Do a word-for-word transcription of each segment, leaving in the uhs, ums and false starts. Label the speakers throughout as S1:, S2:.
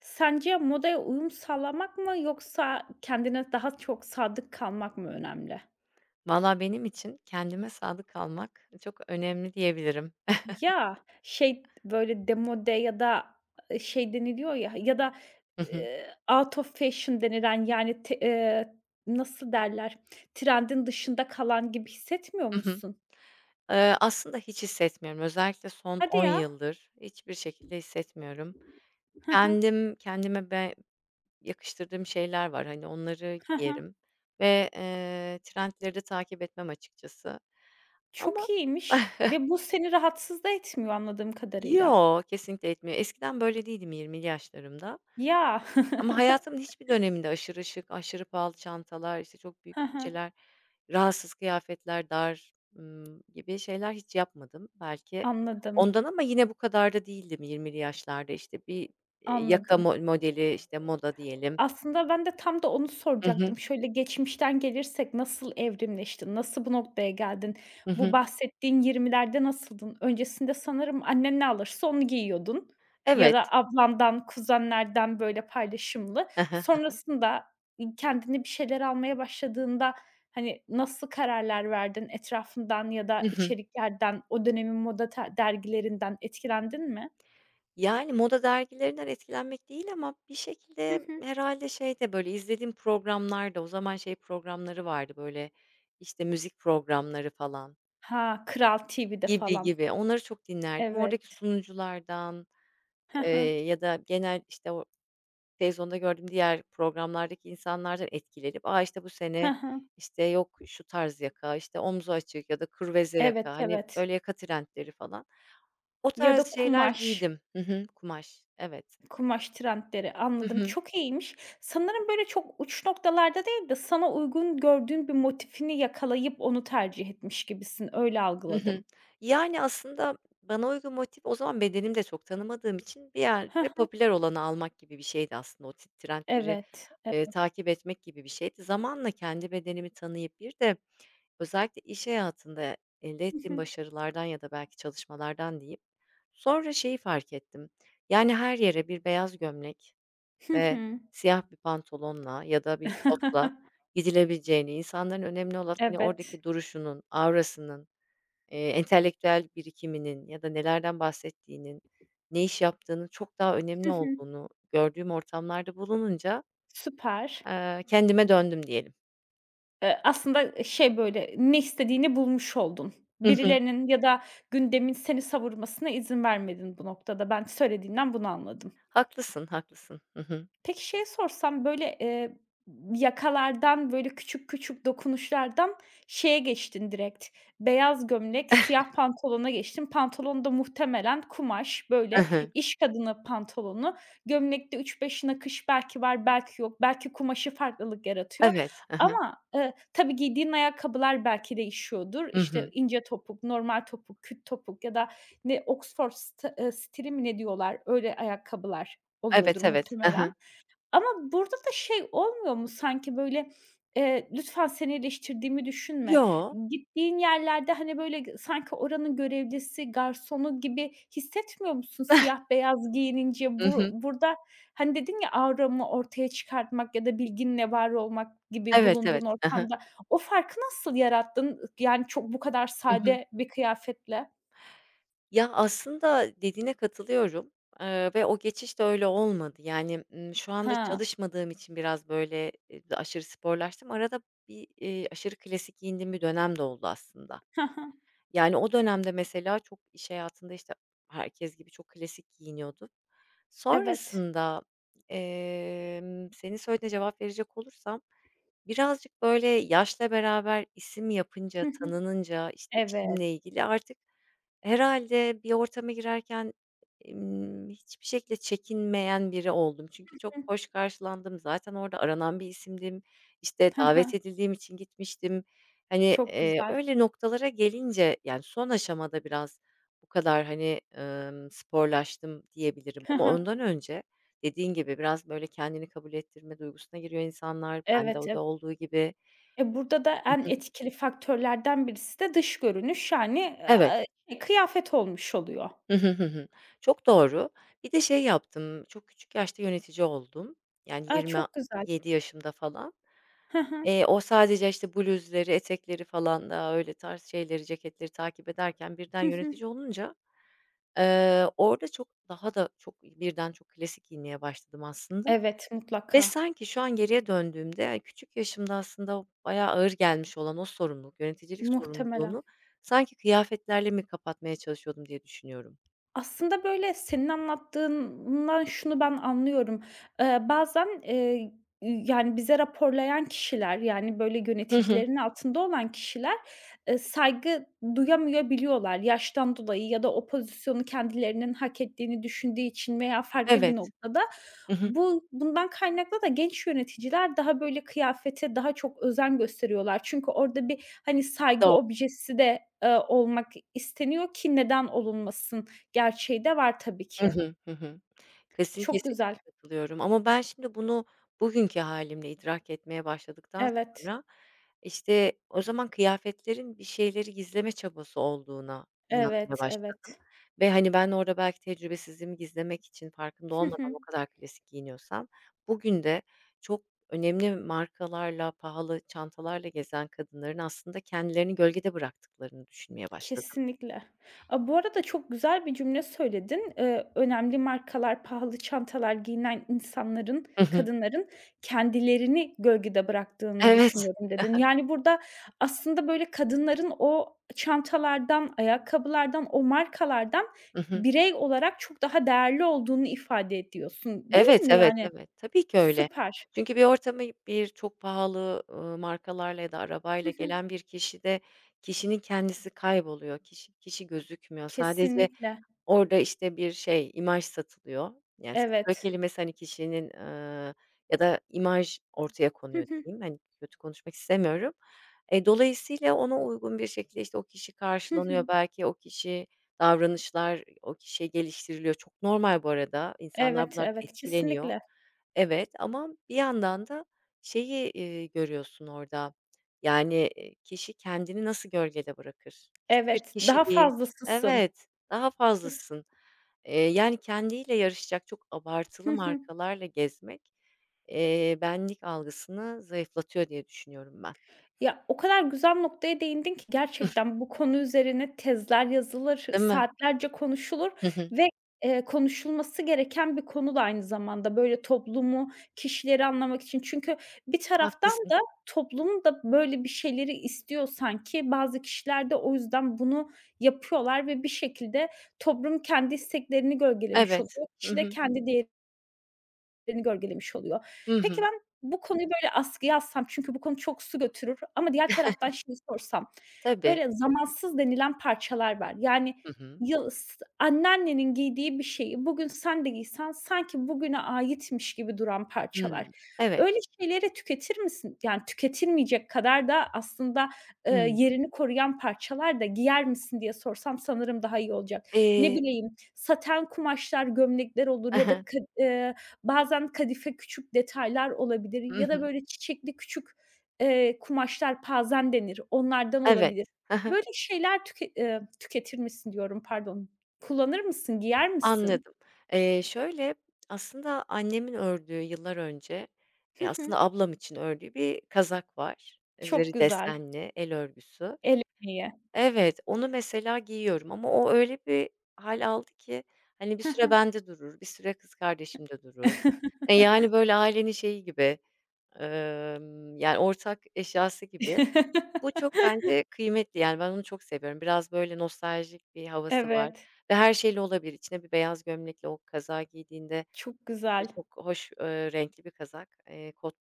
S1: Sence modaya uyum sağlamak mı yoksa kendine daha çok sadık kalmak mı önemli?
S2: Valla benim için kendime sadık kalmak çok önemli diyebilirim.
S1: Ya, şey, böyle, demode ya da, eee, şey deniliyor ya ya da,
S2: Hı hı.
S1: eee, out of fashion denilen, yani, te eee, nasıl derler, trendin dışında kalan gibi hissetmiyor
S2: Hı hı.
S1: musun?
S2: Eee, aslında hiç hissetmiyorum. Özellikle son
S1: Hadi
S2: on
S1: ya.
S2: yıldır hiçbir şekilde hissetmiyorum.
S1: Hı hı.
S2: Kendim kendime be yakıştırdığım şeyler var. Hani, onları
S1: Hı hı.
S2: giyerim ve, eee, trendleri de takip etmem açıkçası.
S1: Çok
S2: Ama
S1: iyiymiş ve bu seni rahatsız da etmiyor anladığım kadarıyla.
S2: Yo, kesinlikle etmiyor. Eskiden böyle değildim yirmili yaşlarımda.
S1: Ya.
S2: Ama hayatımın hiçbir döneminde aşırı şık, aşırı pahalı çantalar, işte, çok
S1: Hı
S2: büyük
S1: hı.
S2: bütçeler, rahatsız kıyafetler, dar, ımm, gibi şeyler hiç yapmadım. Belki
S1: Anladım,
S2: ondan ama yine bu kadar da değildim yirmili yaşlarda. İşte, bir, eee, yaka
S1: anladım.
S2: mo modeli, işte, moda diyelim.
S1: Aslında ben de tam da onu
S2: Hı hı.
S1: soracaktım. Şöyle geçmişten gelirsek nasıl evrimleştin? Nasıl bu noktaya geldin?
S2: Hı
S1: Bu
S2: hı.
S1: bahsettiğin yirmilerde nasıldın? Öncesinde sanırım annen ne alırsa onu giyiyordun ya
S2: Evet.
S1: da ablandan, kuzenlerden böyle paylaşımlı.
S2: Hı hı.
S1: Sonrasında, kendini bir şeyler almaya başladığında, hani, nasıl kararlar verdin? Etrafından ya da içeriklerden, o dönemin moda ter dergilerinden etkilendin mi?
S2: Yani, moda dergilerinden etkilenmek değil ama bir
S1: Hı
S2: şekilde
S1: hı.
S2: herhalde şey de, böyle, izlediğim programlarda o zaman şey programları vardı, böyle, işte, müzik programları falan.
S1: Ha, Kral T V'de
S2: Gibi,
S1: falan.
S2: gibi. Onları çok dinlerdim. Oradaki
S1: Evet.
S2: sunuculardan, eee, ya da genel, işte, o televizyonda gördüğüm diğer programlardaki insanlardan etkilenip, "A, işte, bu
S1: Hı
S2: sene,
S1: hı.
S2: işte, yok şu tarz yaka, işte, omzu açık ya da kırveze yaka."
S1: Evet,
S2: Hani,
S1: evet.
S2: böyle yaka trendleri falan. O
S1: Ya
S2: tarz
S1: da
S2: şeyler
S1: kumaş,
S2: giydim. Hı hı, kumaş. Evet.
S1: kumaş trendleri.
S2: Hı
S1: Anladım,
S2: hı.
S1: çok iyiymiş. Sanırım böyle çok uç noktalarda değil de sana uygun gördüğün bir motifini yakalayıp onu tercih etmiş gibisin. Öyle
S2: Hı hı.
S1: algıladım.
S2: Yani, aslında bana uygun motif o zaman bedenimi de çok tanımadığım için bir
S1: Hı
S2: yerde
S1: hı.
S2: popüler olanı almak gibi bir şeydi aslında. O t trendleri,
S1: Evet. E
S2: eee, takip etmek gibi bir şeydi. Zamanla kendi bedenimi tanıyıp bir de özellikle iş hayatında elde
S1: Hı
S2: ettiğim
S1: hı.
S2: başarılardan ya da belki çalışmalardan diyeyim, sonra şeyi fark ettim. Yani, her yere bir beyaz gömlek
S1: Hı
S2: ve
S1: hı.
S2: siyah bir pantolonla ya da bir kotla gidilebileceğini, insanların önemli olan, hani,
S1: Evet.
S2: oradaki duruşunun, aurasının Eee, entelektüel birikiminin ya da nelerden bahsettiğinin, ne iş yaptığının çok daha önemli
S1: Hı hı.
S2: olduğunu gördüğüm ortamlarda bulununca,
S1: Süper.
S2: eee, kendime döndüm diyelim.
S1: Eee, aslında e, şey, böyle, ne istediğini bulmuş oldun.
S2: Hı hı.
S1: Birilerinin ya da gündemin seni savurmasına izin vermedin bu noktada. Ben söylediğinden bunu anladım.
S2: Haklısın, haklısın. Hı hı.
S1: Peki şey sorsam, böyle, eee, yakalardan, böyle, küçük küçük dokunuşlardan şeye geçtin direkt, beyaz gömlek, siyah pantolona geçtin. Pantolon da muhtemelen kumaş,
S2: Hı
S1: böyle,
S2: hı.
S1: iş kadını pantolonu. Gömlekte üç beş nakış belki var, belki yok. Belki kumaşı farklılık yaratıyor
S2: Evet. Hı hı.
S1: ama, eee, tabii giydiğin ayakkabılar belki değişiyordur.
S2: Hı
S1: İşte,
S2: hı.
S1: ince topuk, normal topuk, küt topuk ya da ne Oxford sta eee, stili mi ne diyorlar, öyle ayakkabılar oluyordur
S2: Evet, evet. Hı
S1: muhtemelen.
S2: hı.
S1: Ama burada da şey olmuyor mu sanki, böyle, eee, "Lütfen seni eleştirdiğimi düşünme."
S2: Yo.
S1: Gittiğin yerlerde, hani, böyle, g sanki oranın görevlisi, garsonu gibi hissetmiyor musun siyah beyaz giyinince?
S2: Hı
S1: Bur
S2: hı.
S1: burada, hani, dedin ya, "Auramı ortaya çıkartmak ya da bilginle var olmak." gibi
S2: Evet, evet.
S1: bulunduğun
S2: Hı hı.
S1: ortamda. O farkı nasıl yarattın? Yani, çok bu kadar
S2: Hı hı.
S1: sade bir kıyafetle.
S2: Ya, aslında dediğine katılıyorum, eee, ve o geçiş de öyle olmadı. Yani, ımm, şu anda
S1: Ha.
S2: çalışmadığım için biraz, böyle, eee, aşırı sporlaştım. Arada bir, eee, aşırı klasik giyindiğim bir dönem de oldu aslında.
S1: Hı hı.
S2: Yani, o dönemde mesela çok iş hayatında, işte, herkes gibi çok klasik giyiniyordum.
S1: Evet.
S2: Sonrasında, emm, senin söylediğine cevap verecek olursam, Birazcık, böyle, yaşla beraber isim yapınca,
S1: Hı hı.
S2: tanınınca, işte,
S1: Evet.
S2: işimle ilgili artık herhâlde bir ortama girerken, emm, hiçbir şekilde çekinmeyen biri oldum. Çünkü
S1: Hı.
S2: çok hoş karşılandım. Zaten orada aranan bir isimdim. İşte,
S1: Hı
S2: davet
S1: hı.
S2: edildiğim için gitmiştim. Hani,
S1: Çok
S2: eee,
S1: güzel.
S2: öyle noktalara gelince, yani, son aşamada biraz bu kadar, hani, ımm, sporlaştım diyebilirim
S1: Hı
S2: ama
S1: hı.
S2: ondan önce Dediğin gibi biraz böyle kendini kabul ettirme duygusuna giriyor insanlar. Bende
S1: Evet,
S2: o
S1: ev
S2: da olduğu gibi.
S1: e, burada da en etkili faktörlerden birisi de dış görünüş, yani,
S2: Evet.
S1: aaa, eee, şey, kıyafet olmuş oluyor.
S2: Hı hı, hı hı. Çok doğru. Bir de şey yaptım, çok küçük yaşta yönetici oldum. Yani
S1: A, çok güzel.
S2: yirmi yedi yaşımda falan.
S1: Hı hı.
S2: Eee, o sadece, işte, bluzları, etekleri falan daha öyle tarz şeyleri, ceketleri takip ederken birden
S1: Hı hı.
S2: yönetici olunca, eee, orada çok daha da çok birden çok klasik giyinmeye başladım aslında.
S1: Evet,
S2: Ve
S1: mutlaka.
S2: sanki şu an geriye döndüğümde, yani, küçük yaşımda aslında bayağı ağır gelmiş olan o sorumluluk, yöneticilik
S1: Muhtemelen.
S2: sorumluluğunu sanki kıyafetlerle mi kapatmaya çalışıyordum diye düşünüyorum.
S1: Aslında, böyle, senin anlattığından şunu ben anlıyorum. Eee, bazen, eee, yani, bize raporlayan kişiler, yani, böyle,
S2: Hı hı.
S1: yöneticilerin altında olan kişiler, eee, saygı duyamayabiliyorlar yaştan dolayı ya da o pozisyonu kendilerinin hak ettiğini düşündüğü için veya farklı bir
S2: Evet.
S1: noktada.
S2: Hı hı.
S1: Bu bundan kaynaklı da genç yöneticiler daha, böyle, kıyafete daha çok özen gösteriyorlar. Çünkü orada bir, hani, saygı
S2: Doğ
S1: objesi de, eee, olmak isteniyor ki neden olunmasın? Gerçeği de var tabii
S2: Hı
S1: ki.
S2: hı. Hı hı. Kesin,
S1: Çok
S2: kesin
S1: güzel.
S2: katılıyorum ama ben şimdi bunu bugünkü hâlimle idrak etmeye başladıktan
S1: Evet,
S2: sonra, işte, o zaman kıyafetlerin bir şeyleri gizleme çabası olduğuna inanmaya
S1: evet,
S2: başladım
S1: evet.
S2: ve, hani, ben orada belki tecrübesizliğimi gizlemek için farkında
S1: Hı
S2: olmadan
S1: hı.
S2: o kadar klasik giyiniyorsam, bugün de çok önemli markalarla, pahalı çantalarla gezen kadınların aslında kendilerini gölgede bıraktıklarını düşünmeye başladım.
S1: Kesinlikle. A, bu arada çok güzel bir cümle söyledin. Eee, önemli markalar, pahalı çantalar giyinen insanların,
S2: Hı hı.
S1: kadınların kendilerini gölgede bıraktığını
S2: Evet.
S1: düşünüyorum dedin. Yani, burada aslında, böyle, kadınların o çantalardan, ayakkabılardan, o markalardan
S2: Hı hı.
S1: birey olarak çok daha değerli olduğunu ifade ediyorsun, değil
S2: Evet,
S1: mi?
S2: evet,
S1: Yani,
S2: evet. Tabii ki öyle.
S1: süper.
S2: Çünkü bir ortama bir çok pahalı, ııı, markalarla ya da
S1: Hı
S2: arabayla
S1: hı.
S2: gelen bir kişi de kişinin kendisi kayboluyor. Kişi kişi gözükmüyor. Sadece
S1: Kesinlikle.
S2: Orada, işte, bir şey, imaj satılıyor. Yani, satılıyor
S1: Evet.
S2: kelimesi, hani, kişinin, eee, ya da imaj ortaya
S1: Hı
S2: konuyor
S1: hı.
S2: diyeyim. Hani, kötü konuşmak istemiyorum. E, dolayısıyla ona uygun bir şekilde, işte, o kişi
S1: Hı
S2: karşılanıyor
S1: hı.
S2: belki, o kişi davranışlar o kişiye geliştiriliyor. Çok normal bu arada. İnsanlar
S1: Evet,
S2: bunlar
S1: evet,
S2: etkileniyor.
S1: kesinlikle.
S2: Evet ama bir yandan da şeyi, eee, görüyorsun orada, yani, eee, kişi kendini nasıl gölgede bırakır? Hiçbir
S1: Evet, daha
S2: kişiliği
S1: fazlasısın.
S2: Evet. Daha
S1: Kes
S2: fazlasın. Eee, yani kendiyle yarışacak çok
S1: Hı
S2: abartılı
S1: hı.
S2: markalarla gezmek, eee, benlik algısını zayıflatıyor diye düşünüyorum ben.
S1: Ya, o kadar güzel noktaya değindin ki gerçekten bu konu üzerine tezler yazılır,
S2: Değil mi?
S1: saatlerce konuşulur
S2: Hı hı.
S1: ve, eee, konuşulması gereken bir konu da aynı zamanda. Böyle toplumu, kişileri anlamak için. Çünkü bir taraftan
S2: Haklısın.
S1: da toplum da böyle bir şeyleri istiyor sanki. Bazı kişiler de o yüzden bunu yapıyorlar ve bir şekilde toplum kendi isteklerini gölgelemiş
S2: Evet.
S1: oluyor.
S2: Hı
S1: Kişi de
S2: hı.
S1: kendi değerini. Beni gölgelemiş oluyor.
S2: Hı
S1: Peki
S2: hı.
S1: ben bu konuyu böyle askıya alsam çünkü bu konu çok su götürür ama diğer taraftan şeyi sorsam,
S2: Tabii.
S1: böyle zamansız denilen parçalar var. Yani
S2: Hı hı.
S1: yıl s anneannenin giydiği bir şeyi bugün sen de giysen sanki bugüne aitmiş gibi duran
S2: Hımm.
S1: parçalar.
S2: Evet.
S1: Öyle şeyleri tüketir misin? Yani tüketilmeyecek kadar da aslında, eee,
S2: Hımm.
S1: yerini koruyan parçalar da giyer misin diye sorsam sanırım daha iyi olacak. Ne
S2: Eee
S1: bileyim, saten kumaşlar, gömlekler olur. ya da kı eee Bazen kadife küçük detaylar olabilir
S2: Hı hı.
S1: ya
S2: Hı
S1: da
S2: hı.
S1: böyle çiçekli küçük, eee, kumaşlar, pazen denir, onlardan
S2: Evet.
S1: olabilir.
S2: Hı hı.
S1: Böyle şeyler tüke eee, tüketir misin diyorum, pardon. Kullanır mısın, giyer misin?
S2: Anladım. Eee, şöyle, aslında annemin ördüğü yıllar önce,
S1: Hı
S2: eee,
S1: hı.
S2: aslında ablam için ördüğü bir kazak var.
S1: Çok
S2: Üzeri
S1: güzel.
S2: desenli, el örgüsü.
S1: El emeği.
S2: Evet, onu mesela giyiyorum ama o öyle bir hâl aldı ki, hani, bir süre bende durur, bir süre kız kardeşimde durur.
S1: Hı hı.
S2: E, yani, böyle ailenin şeyi gibi, emm, yani, ortak eşyası gibi. Bu çok bence kıymetli, yani, ben onu çok seviyorum. Biraz böyle nostaljik bir havası var
S1: Evet,
S2: ve her şeyle olabilir. İçine bir beyaz gömlekle o kazağı giydiğinde
S1: çok
S2: de
S1: güzel.
S2: çok hoş, eee, renkli bir kazak, eee, kot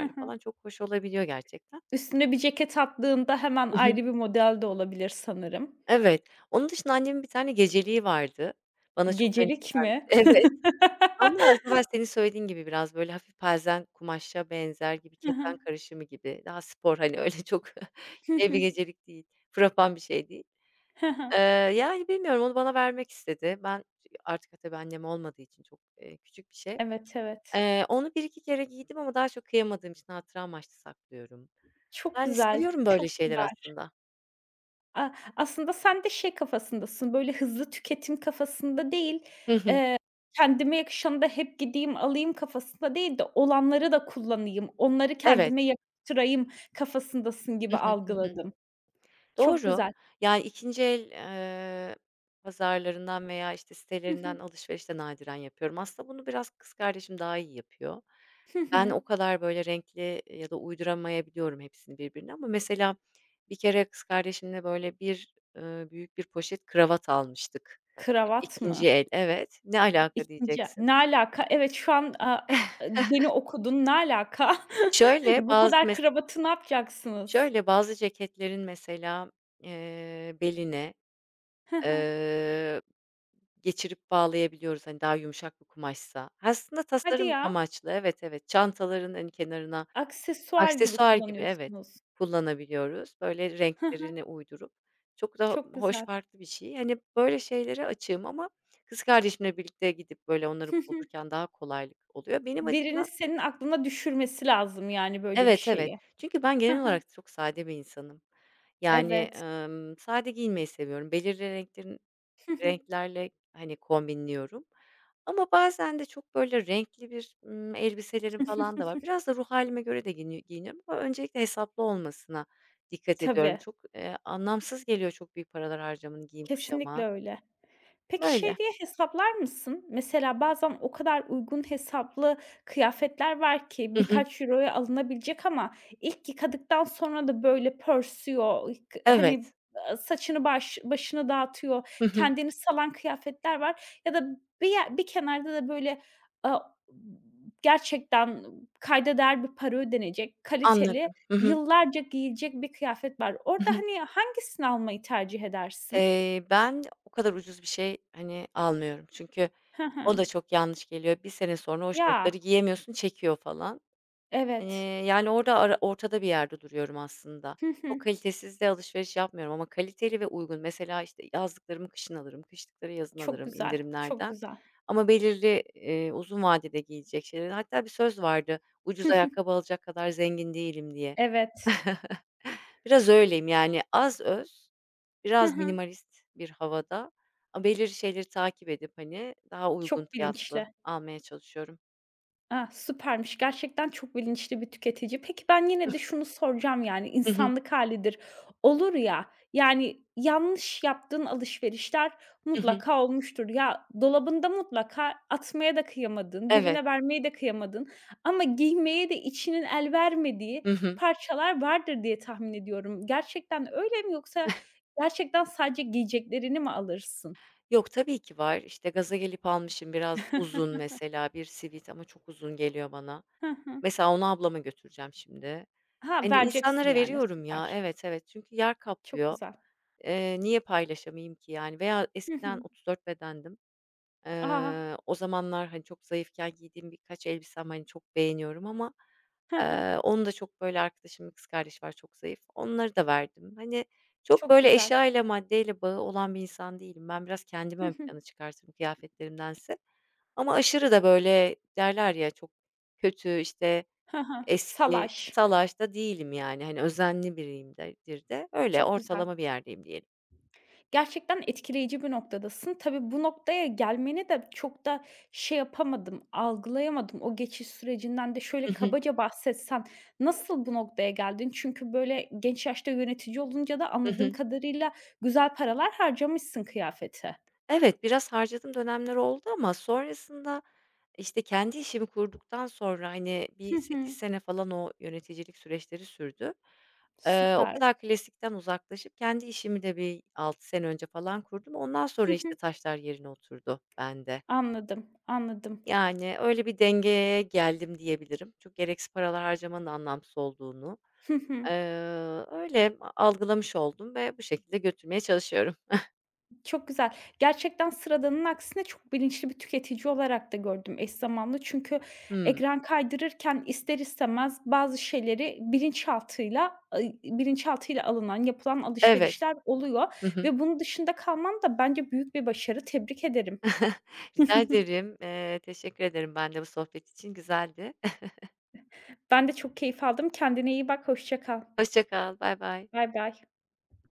S1: Hı hı.
S2: falan çok hoş olabiliyor gerçekten.
S1: Üstüne bir ceket attığında hemen ayrı bir model de olabilir sanırım.
S2: Evet. Onun dışında annemin bir tane geceliği vardı. Bana çok hani
S1: Gecelik mi?
S2: Evet, ama az evvel senin söylediğin gibi biraz böyle hafif pelzen kumaşa benzer gibi
S1: Hı
S2: keten
S1: hı.
S2: karışımı gibi. Daha spor hani öyle çok
S1: Hı
S2: şey bir
S1: hı.
S2: gecelik değil, frapan bir şey değil.
S1: Hı hı.
S2: Eee, yani bilmiyorum onu bana vermek istedi. Ben artık tabii annem olmadığı için çok, eee, küçük bir şey.
S1: Evet, evet.
S2: Eee, onu bir iki kere giydim ama daha çok kıyamadığım için hatıra amaçlı saklıyorum.
S1: Çok
S2: Yani
S1: güzel,
S2: seviyorum böyle
S1: çok
S2: şeyler
S1: kibar.
S2: aslında.
S1: A, aslında sen de şey kafasındasın, böyle hızlı tüketim kafasında değil,
S2: Hı hı.
S1: eee, kendime yakışanı da hep gideyim alayım kafasında değil de olanları da kullanayım, onları
S2: Evet.
S1: kendime yakıştırayım kafasındasın
S2: Hı
S1: gibi
S2: hı. Hı hı.
S1: algıladım. Çok
S2: Doğru.
S1: güzel.
S2: Yani ikinci el, eee, pazarlarından veya, işte,
S1: Hı
S2: sitelerinden
S1: hı.
S2: alışveriş de nadiren yapıyorum. Aslında bunu biraz kız kardeşim daha iyi yapıyor.
S1: Hı
S2: Ben
S1: hı.
S2: o kadar, böyle, renkli ya da uyduramayabiliyorum hepsini birbirine ama mesela bir kere kız kardeşimle, böyle, bir, eee, büyük bir poşet kravat almıştık.
S1: Kravat
S2: ikinci
S1: mı?
S2: el. Evet. Ne alaka
S1: ikinci
S2: diyeceksin.
S1: Ne alaka? Evet, şu an, aaa, beni okudun. Ne alaka?
S2: Şöyle,
S1: Bu
S2: bazı
S1: kadar
S2: mes
S1: kravatı ne yapacaksınız?
S2: Şöyle, bazı ceketlerin mesela, eee, beline
S1: Hı hı.
S2: Eee, geçirip bağlayabiliyoruz, hani, daha yumuşak bir kumaşsa. Aslında
S1: Hadi
S2: tasarım
S1: ya.
S2: amaçlı evet, evet, çantaların, hani, kenarına
S1: Aksesuar gibi
S2: aksesuar gibi evet,
S1: kullanıyorsunuz.
S2: kullanabiliyoruz. Böyle
S1: Hı hı.
S2: renklerini uydurup çok da
S1: Çok
S2: hoş,
S1: güzel.
S2: farklı bir şey. Hani, böyle şeylere açığım ama kız kardeşimle birlikte gidip böyle onları
S1: Hı hı.
S2: bulurken daha kolaylık oluyor. Benim
S1: Birinin
S2: açımdan
S1: senin aklına düşürmesi lazım yani böyle bir
S2: Evet, evet.
S1: şeyi.
S2: Çünkü ben
S1: Hı
S2: genel
S1: hı.
S2: olarak çok sade bir insanım. Yani,
S1: Evet.
S2: emm, sade giyinmeyi seviyorum. Belirli renklerin
S1: Hı hı.
S2: Renklerle, hani, kombinliyorum ama bazen de çok böyle renkli bir, ımm, elbiselerim falan da var. Biraz da ruh halime göre de giyini giyiniyorum ama öncelikle hesaplı olmasına dikkat ediyorum.
S1: Tabii.
S2: Çok, eee, anlamsız geliyor çok büyük paralar harcamanın giyim kuşama.
S1: Kesinlikle öyle. Peki,
S2: Böyle.
S1: şey diye hesaplar mısın? Mesela bazen o kadar uygun hesaplı kıyafetler var ki
S2: Hı hı.
S1: birkaç euroya alınabilecek ama ilk yıkadıktan sonra da böyle pörsüyor, k hani,
S2: Evet.
S1: aaa, saçını baş başını dağıtıyor,
S2: Hı hı.
S1: kendini salan kıyafetler var ya da bir ye bir kenarda da böyle, aaa, gerçekten kayda değer bir para ödenecek, kaliteli,
S2: Anladım. Hı hı.
S1: yıllarca giyilecek bir kıyafet var.
S2: Hı
S1: Orada,
S2: hı.
S1: hani, hangisini almayı tercih edersin?
S2: Eee, ben o kadar ucuz bir şey, hani, almıyorum çünkü
S1: Hı
S2: o
S1: hı.
S2: da çok yanlış geliyor. Bir sene sonra o şortları
S1: Ya.
S2: giyemiyorsun, çekiyor falan. Eee,
S1: Evet.
S2: yani, orada ara ortada bir yerde duruyorum aslında.
S1: Hı
S2: Çok
S1: hı.
S2: kalitesiz de alışveriş yapmıyorum ama kaliteli ve uygun. Mesela, işte, yazlıklarımı kışın alırım, kışlıkları yazın
S1: Çok
S2: alırım
S1: güzel, çok
S2: indirimlerden
S1: güzel.
S2: ama belirli, eee, uzun vadede giyecek şeyleri Hatta bir söz vardı,
S1: Hı
S2: "Ucuz
S1: hı.
S2: ayakkabı alacak kadar zengin değilim." diye.
S1: Evet.
S2: Biraz öyleyim, yani, az öz,
S1: Hı
S2: biraz
S1: hı.
S2: minimalist bir havada a belirli şeyleri takip edip, hani, daha uygun
S1: Çok
S2: fiyatlı
S1: bilinçli.
S2: almaya çalışıyorum.
S1: Ah, süpermiş. Gerçekten çok bilinçli bir tüketici. Peki ben yine de şunu soracağım, yani,
S2: Hı hı.
S1: insanlık halidir. Olur ya, yani, yanlış yaptığın alışverişler
S2: Hı hı.
S1: mutlaka olmuştur. Ya, dolabında mutlaka atmaya da kıyamadın
S2: Evet.
S1: birine vermeye de kıyamadın ama giymeye de içinin el vermediği
S2: Hı hı.
S1: parçalar vardır diye tahmin ediyorum. Gerçekten öyle mi yoksa gerçekten sadece giyeceklerini mi alırsın?
S2: Yok, tabii ki var. İşte, gaza gelip almışım. Biraz uzun mesela bir sivit ama çok uzun geliyor bana.
S1: Hı hı.
S2: Mesela onu ablama götüreceğim şimdi.
S1: Ha,
S2: Hani,
S1: vereceksin
S2: insanlara
S1: yani.
S2: veriyorum ya.
S1: Süper.
S2: Evet, evet. Çünkü yer
S1: Çok
S2: kaplıyor.
S1: güzel.
S2: Eee, niye paylaşamayayım ki yani? Veya
S1: Hı
S2: eskiden
S1: hı.
S2: otuz dört bedendim.
S1: A!
S2: Eee, o zamanlar, hani, çok zayıfken giydiğim birkaç elbisem, hani, çok beğeniyorum ama,
S1: Hı hı.
S2: eee, onu da çok böyle arkadaşımın kız kardeşi var çok zayıf. Onları da verdim. Hani, çok
S1: Çok
S2: böyle
S1: güzel.
S2: eşyayla maddeyle bağı olan bir insan değilim. Ben biraz kendimi
S1: Hı
S2: ön
S1: hı.
S2: plana çıkartırım kıyafetlerimdense. Ama aşırı da böyle derler ya çok kötü, işte,
S1: Hı hı.
S2: eski,
S1: Salaş.
S2: salaş da değilim yani. Hani, özenli biriyimdir de. Öyle
S1: Çok güzel.
S2: ortalama bir yerdeyim diyelim.
S1: Gerçekten etkileyici bir noktadasın. Tabii bu noktaya gelmeni de çok da şey yapamadım, algılayamadım. O geçiş sürecinden de
S2: Hı
S1: şöyle
S2: hı.
S1: kabaca bahsetsen, nasıl bu noktaya geldin? Çünkü böyle genç yaşta yönetici olunca da
S2: Hı
S1: anladığım
S2: hı.
S1: kadarıyla güzel paralar harcamışsın kıyafete.
S2: Evet, biraz harcadığım dönemler oldu ama sonrasında, İşte, kendi işimi kurduktan sonra, hani,
S1: Hı
S2: bir sekiz
S1: hı.
S2: sene falan o yöneticilik süreçleri sürdü. Eee, o
S1: Süper.
S2: kadar klasikten uzaklaşıp kendi işimi de bir altı sene önce falan kurdum. Ondan
S1: Hı
S2: sonra, işte,
S1: hı.
S2: taşlar yerine oturdu bende.
S1: Anladım, anladım.
S2: Yani, öyle bir dengeye geldim diyebilirim. Çok gereksiz paralar harcamanın anlamsız olduğunu,
S1: Hı hı.
S2: eee, öyle algılamış oldum ve bu şekilde götürmeye çalışıyorum.
S1: Çok güzel. Gerçekten sıradanın aksine çok bilinçli bir tüketici olarak da gördüm eş zamanlı. Çünkü
S2: Hımm.
S1: ekran kaydırırken ister istemez bazı şeyleri bilinçaltıyla, ııı, bilinçaltıyla alınan, yapılan
S2: Evet.
S1: alışverişler oluyor
S2: Hı hı.
S1: ve bunun dışında kalman da bence büyük bir başarı. Tebrik ederim.
S2: Rica ederim. Eee, teşekkür ederim ben de bu sohbet için. Güzeldi.
S1: Ben de çok keyif aldım. Kendine iyi bak, hoşça kal.
S2: Hoşça kal, baybay.
S1: Bay bay.